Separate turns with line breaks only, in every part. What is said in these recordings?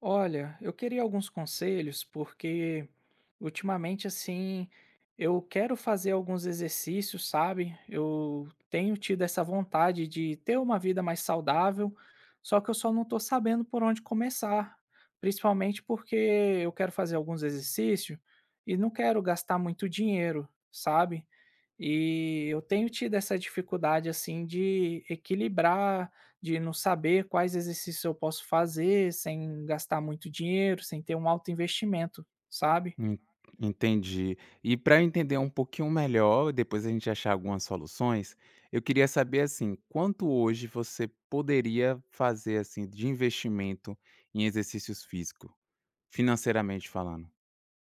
Olha, eu queria alguns conselhos porque ultimamente assim, eu quero fazer alguns exercícios, sabe? Eu tenho tido essa vontade de ter uma vida mais saudável, só que eu só não estou sabendo por onde começar, principalmente porque eu quero fazer alguns exercícios e não quero gastar muito dinheiro, sabe? E eu tenho tido essa dificuldade, assim, de equilibrar, de não saber quais exercícios eu posso fazer sem gastar muito dinheiro, sem ter um alto investimento, sabe?
En entendi. E para entender um pouquinho melhor, depois a gente achar algumas soluções, eu queria saber, assim, quanto hoje você poderia fazer, assim, de investimento em exercícios físico, financeiramente falando?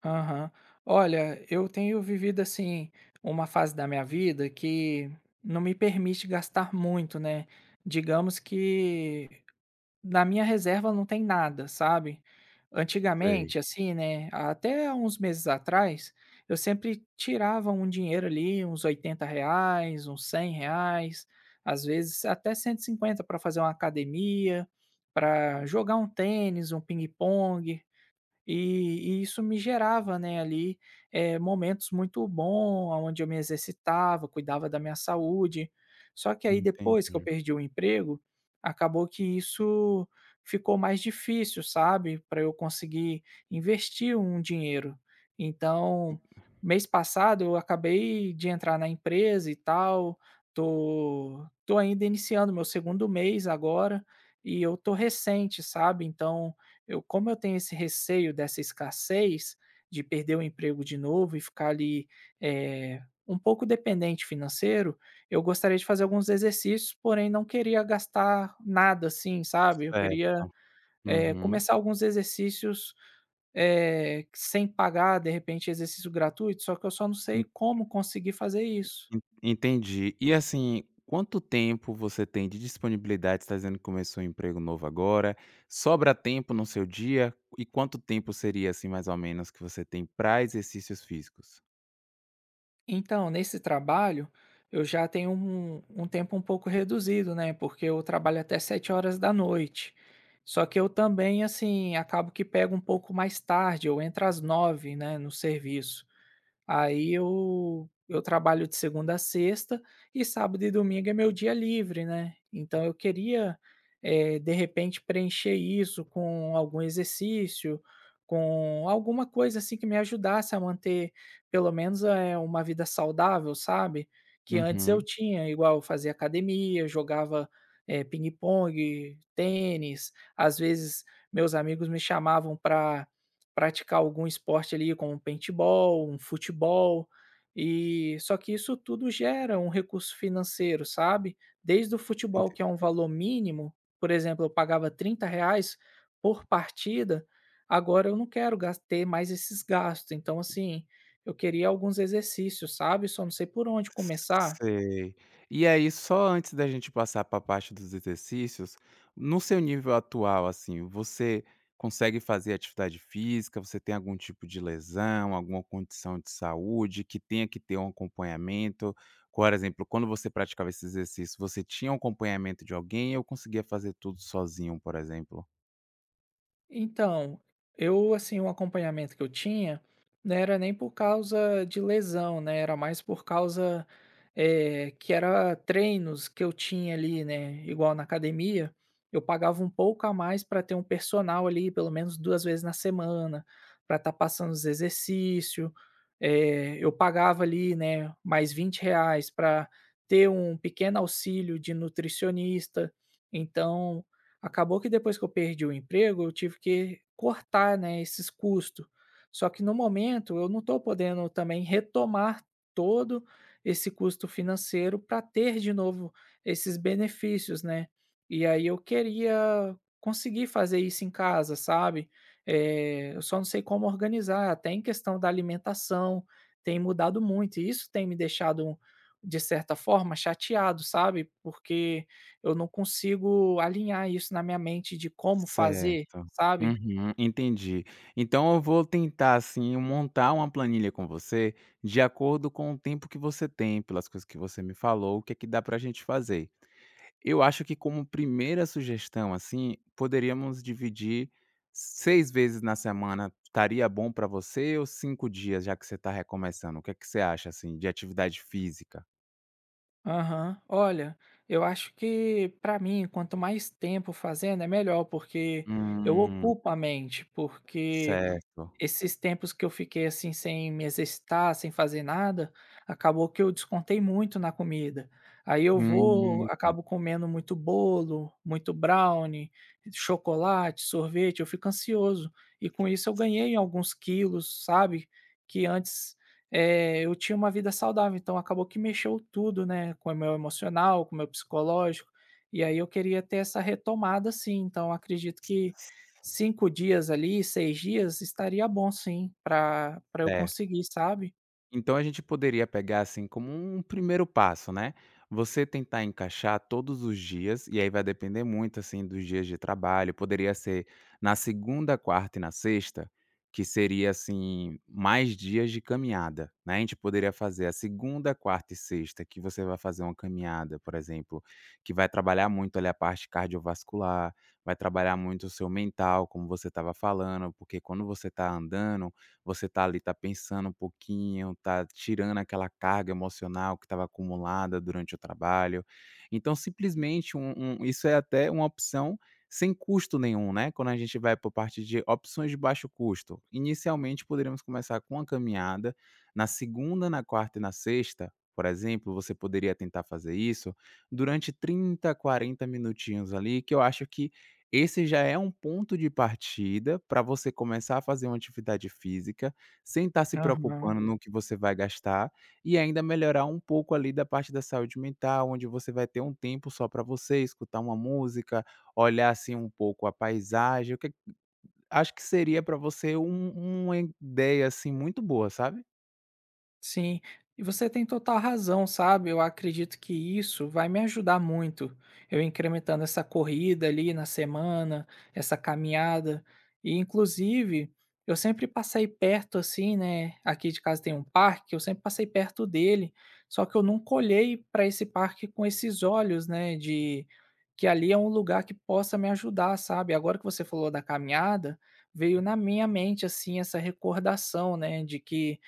Aham. Olha, eu tenho vivido, assim, uma fase da minha vida que não me permite gastar muito, né? Digamos que na minha reserva não tem nada, sabe.
Sei,
Antigamente, assim, né, até uns meses atrás, eu sempre tirava um dinheiro ali, uns 80 reais, uns 100 reais, às vezes até 150 para fazer uma academia, para jogar um tênis, um ping-pong. E isso me gerava, né, ali, momentos muito bom, onde eu me exercitava, cuidava da minha saúde. Só que aí depois que eu
entendi.
perdi o emprego, acabou que isso ficou mais difícil, sabe, para eu conseguir investir um dinheiro. Então, mês passado eu acabei de entrar na empresa e tal, tô ainda iniciando meu segundo mês agora, e eu tô recente, sabe, então eu como eu tenho esse receio dessa escassez, de perder o emprego de novo e ficar ali, eh, um pouco dependente financeiro, eu gostaria de fazer alguns exercícios, porém não queria gastar nada, assim, sabe. Eu queria,
Certo. Uhum.
começar alguns exercícios, sem pagar, de repente, exercício gratuito, só que eu só não sei como conseguir fazer isso.
En entendi. E assim, quanto tempo você tem de disponibilidade? Está dizendo que começou um emprego novo agora. Sobra tempo no seu dia? E quanto tempo seria, assim, mais ou menos, que você tem para exercícios físicos?
Então, nesse trabalho, eu já tenho um tempo um pouco reduzido, né? Porque eu trabalho até 7 horas da noite. Só que eu também, assim, acabo que pego um pouco mais tarde, eu entro às 9, né, no serviço. Aí eu trabalho de segunda a sexta e sábado e domingo é meu dia livre, né. Então eu queria, de repente preencher isso com algum exercício, com alguma coisa, assim, que me ajudasse a manter pelo menos, uma vida saudável, sabe. Que antes eu
Uhum.
tinha, igual eu fazia academia, eu jogava, pingue-pongue, tênis, às vezes meus amigos me chamavam para praticar algum esporte ali como um paintball, um futebol, e só que isso tudo gera um recurso financeiro, sabe. Desde o futebol que é um valor mínimo, por exemplo, eu pagava 30 reais por partida, agora eu não quero gas ter mais esses gastos, então assim, eu queria alguns exercícios, sabe, só não sei por onde começar.
Sei. E aí, só antes da gente passar para a parte dos exercícios, no seu nível atual, assim, você consegue fazer atividade física? Você tem algum tipo de lesão, alguma condição de saúde que tenha que ter um acompanhamento? Por exemplo, quando você praticava esse exercício, você tinha um acompanhamento de alguém ou conseguia fazer tudo sozinho, por exemplo?
Então, eu assim, o acompanhamento que eu tinha, não era nem por causa de lesão, né, era mais por causa, que era treinos que eu tinha ali, né, igual na academia, eu pagava um pouco a mais para ter um personal ali pelo menos 2 vezes na semana, para estar passando os exercício, eu pagava ali, né, mais 20 reais para ter um pequeno auxílio de nutricionista, então acabou que depois que eu perdi o emprego, eu tive que cortar, né, esses custos. Só que no momento eu não estou podendo também retomar todo esse custo financeiro para ter de novo esses benefícios, né. E aí eu queria conseguir fazer isso em casa, sabe. Eu só não sei como organizar, até em questão da alimentação, tem mudado muito e isso tem me deixado, de certa forma, chateado, sabe. Porque eu não consigo alinhar isso na minha mente de como fazer,
Certo.
sabe?
Uhum, entendi. Então eu vou tentar, assim, montar uma planilha com você de acordo com o tempo que você tem, pelas coisas que você me falou, o que é que dá pra gente fazer. Eu acho que como primeira sugestão, assim, poderíamos dividir 6 vezes na semana, estaria bom pra você ou 5 dias, já que você está recomeçando? O que é que você acha, assim, de atividade física?
Aham. Olha, eu acho que para mim, quanto mais tempo fazendo é melhor, porque eu
Hum,
ocupo a mente, porque
certo.
esses tempos que eu fiquei, assim, sem me exercitar, sem fazer nada, acabou que eu descontei muito na comida. Aí eu vou
Hum,
acabo comendo muito bolo, muito brownie, chocolate, sorvete, eu fico ansioso. E com isso eu ganhei alguns quilos, sabe, que antes, eu tinha uma vida saudável, então acabou que mexeu tudo, né, com o meu emocional, com o meu psicológico, e aí eu queria ter essa retomada sim, então acredito que 5 dias ali, 6 dias, estaria bom sim, pra eu
certo.
conseguir, sabe?
Então a gente poderia pegar, assim, como um primeiro passo, né, você tentar encaixar todos os dias, e aí vai depender muito, assim, dos dias de trabalho, poderia ser na segunda, quarta e na sexta, que seria, assim, mais dias de caminhada, né, a gente poderia fazer a segunda, quarta e sexta que você vai fazer uma caminhada, por exemplo, que vai trabalhar muito ali a parte cardiovascular, vai trabalhar muito o seu mental, como você estava falando, porque quando você está andando, você tá ali, tá pensando um pouquinho, tá tirando aquela carga emocional que estava acumulada durante o trabalho. Então, simplesmente, um isso é até uma opção sem custo nenhum, né, quando a gente vai por parte de opções de baixo custo. Inicialmente, poderíamos começar com uma caminhada. Na segunda, na quarta e na sexta, por exemplo, você poderia tentar fazer isso durante 30, 40 minutinhos ali, que eu acho que esse já é um ponto de partida para você começar a fazer uma atividade física, sem estar se
Aham.
preocupando, uhum, no que você vai gastar, e ainda melhorar um pouco ali da parte da saúde mental, onde você vai ter um tempo só para você, escutar uma música, olhar assim um pouco a paisagem. O que acho que seria para você um uma ideia assim muito boa, sabe?
Sim, e você tem total razão, sabe? Eu acredito que isso vai me ajudar muito. Eu incrementando essa corrida ali na semana, essa caminhada. E inclusive, eu sempre passei perto assim, né? Aqui de casa tem um parque, eu sempre passei perto dele, só que eu nunca olhei para esse parque com esses olhos, né, de que ali é um lugar que possa me ajudar, sabe? Agora que você falou da caminhada, veio na minha mente assim essa recordação, né, de que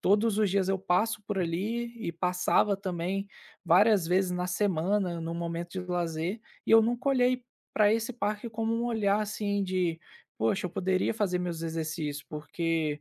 todos os dias eu passo por ali e passava também várias vezes na semana, num momento de lazer, e eu nunca olhei para esse parque como um olhar assim de: "Poxa, eu poderia fazer meus exercícios", porque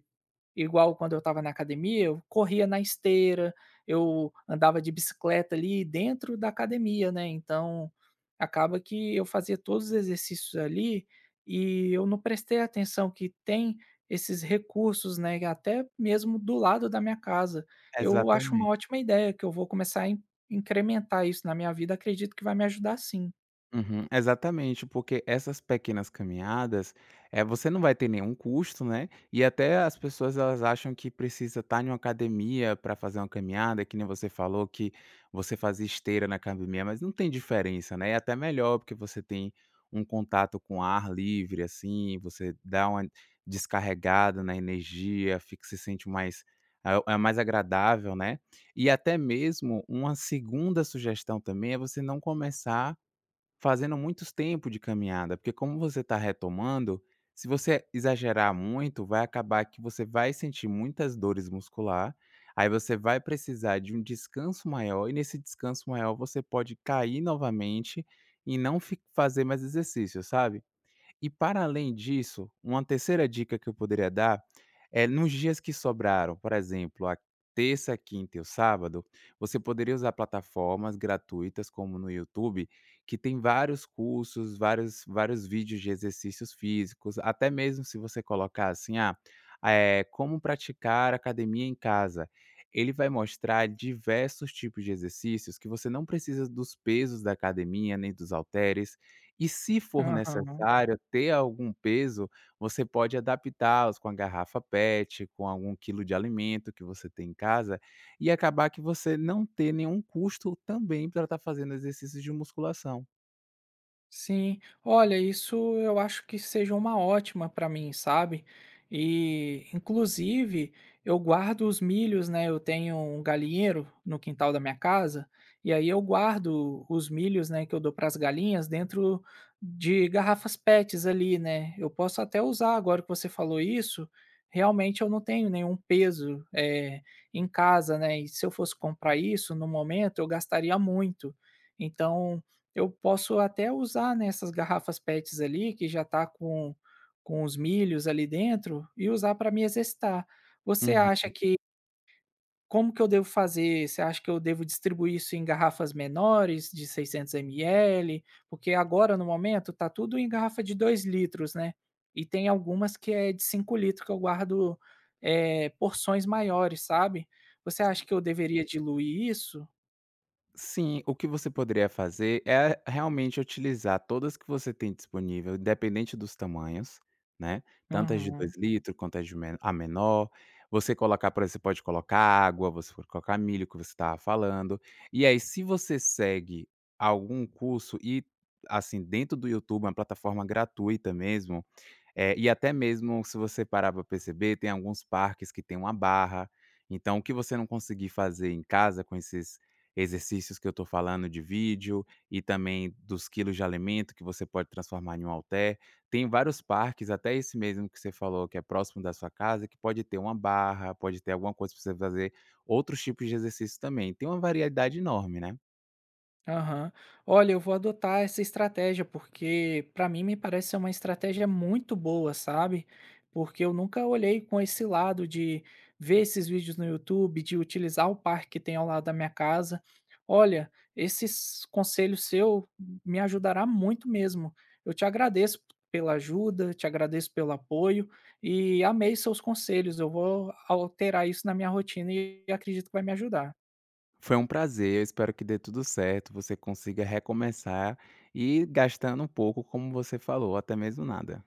igual quando eu estava na academia, eu corria na esteira, eu andava de bicicleta ali dentro da academia, né, então acaba que eu fazia todos os exercícios ali e eu não prestei atenção que tem esses recursos, né, até mesmo do lado da minha casa. Eu acho uma
Exatamente.
ótima ideia que eu vou começar a in incrementar isso na minha vida, acredito que vai me ajudar sim.
Uhum, exatamente, porque essas pequenas caminhadas, é você não vai ter nenhum custo, né, e até as pessoas elas acham que precisa estar em uma academia para fazer uma caminhada, que nem você falou que você fazia esteira na academia, mas não tem diferença, né, é até melhor, porque você tem um contato com ar livre, assim, você dá uma descarregada na energia, fica se sente mais é mais agradável, né, e até mesmo uma segunda sugestão também é você não começar fazendo muitos tempo de caminhada, porque como você está retomando, se você exagerar muito, vai acabar que você vai sentir muitas dores muscular, aí você vai precisar de um descanso maior e nesse descanso maior você pode cair novamente e não fi fazer mais exercício, sabe? E para além disso, uma terceira dica que eu poderia dar é nos dias que sobraram, por exemplo, a terça, a quinta e o sábado, você poderia usar plataformas gratuitas como no YouTube, que tem vários cursos, vários vídeos de exercícios físicos, até mesmo se você colocar assim, ah, é, como praticar academia em casa. Ele vai mostrar diversos tipos de exercícios que você não precisa dos pesos da academia, nem dos halteres, e se for
Aham.
necessário ter algum peso, você pode adaptá-los com a garrafa PET, com algum quilo de alimento que você tem em casa, e acabar que você não ter nenhum custo também para estar fazendo exercícios de musculação.
Sim, olha, isso eu acho que seja uma ótima para mim, sabe? E, inclusive, eu guardo os milhos, né? Eu tenho um galinheiro no quintal da minha casa, e aí eu guardo os milhos, né, que eu dou para as galinhas dentro de garrafas PETs ali, né? Eu posso até usar agora que você falou isso. Realmente eu não tenho nenhum peso em casa, né? E se eu fosse comprar isso no momento, eu gastaria muito. Então, eu posso até usar, nessas garrafas pets ali, que já tá com os milhos ali dentro, e usar para me exercitar. Você
Uhum.
acha que como que eu devo fazer? Você acha que eu devo distribuir isso em garrafas menores de 600 ml? Porque agora, no momento, tá tudo em garrafa de 2 litros, né, e tem algumas que é de 5 litros que eu guardo, porções maiores, sabe. Você acha que eu deveria diluir isso?
Sim, o que você poderia fazer é realmente utilizar todas que você tem disponível, independente dos tamanhos, né? Tanto as de 2
Uhum.
litros quanto as de menor. Você colocar, por exemplo, você pode colocar água, você pode colocar milho, que você estava falando. E aí, se você segue algum curso e, assim, dentro do YouTube, uma plataforma gratuita mesmo, é, e até mesmo se você parar para perceber, tem alguns parques que tem uma barra, então o que você não conseguir fazer em casa com esses exercícios que eu estou falando de vídeo e também dos quilos de alimento que você pode transformar em um halter, tem vários parques, até esse mesmo que você falou que é próximo da sua casa, que pode ter uma barra, pode ter alguma coisa para você fazer, outros tipos de exercício também, tem uma variedade enorme, né?
Aham. Olha, eu vou adotar essa estratégia, porque para mim me parece ser uma estratégia muito boa, sabe? Porque eu nunca olhei com esse lado de ver esses vídeos no YouTube, de utilizar o parque que tem ao lado da minha casa. Olha, esse conselho seu me ajudará muito mesmo. Eu te agradeço pela ajuda, te agradeço pelo apoio e amei seus conselhos. Eu vou alterar isso na minha rotina e acredito que vai me ajudar.
Foi um prazer, eu espero que dê tudo certo, você consiga recomeçar e gastando um pouco, como você falou, até mesmo nada.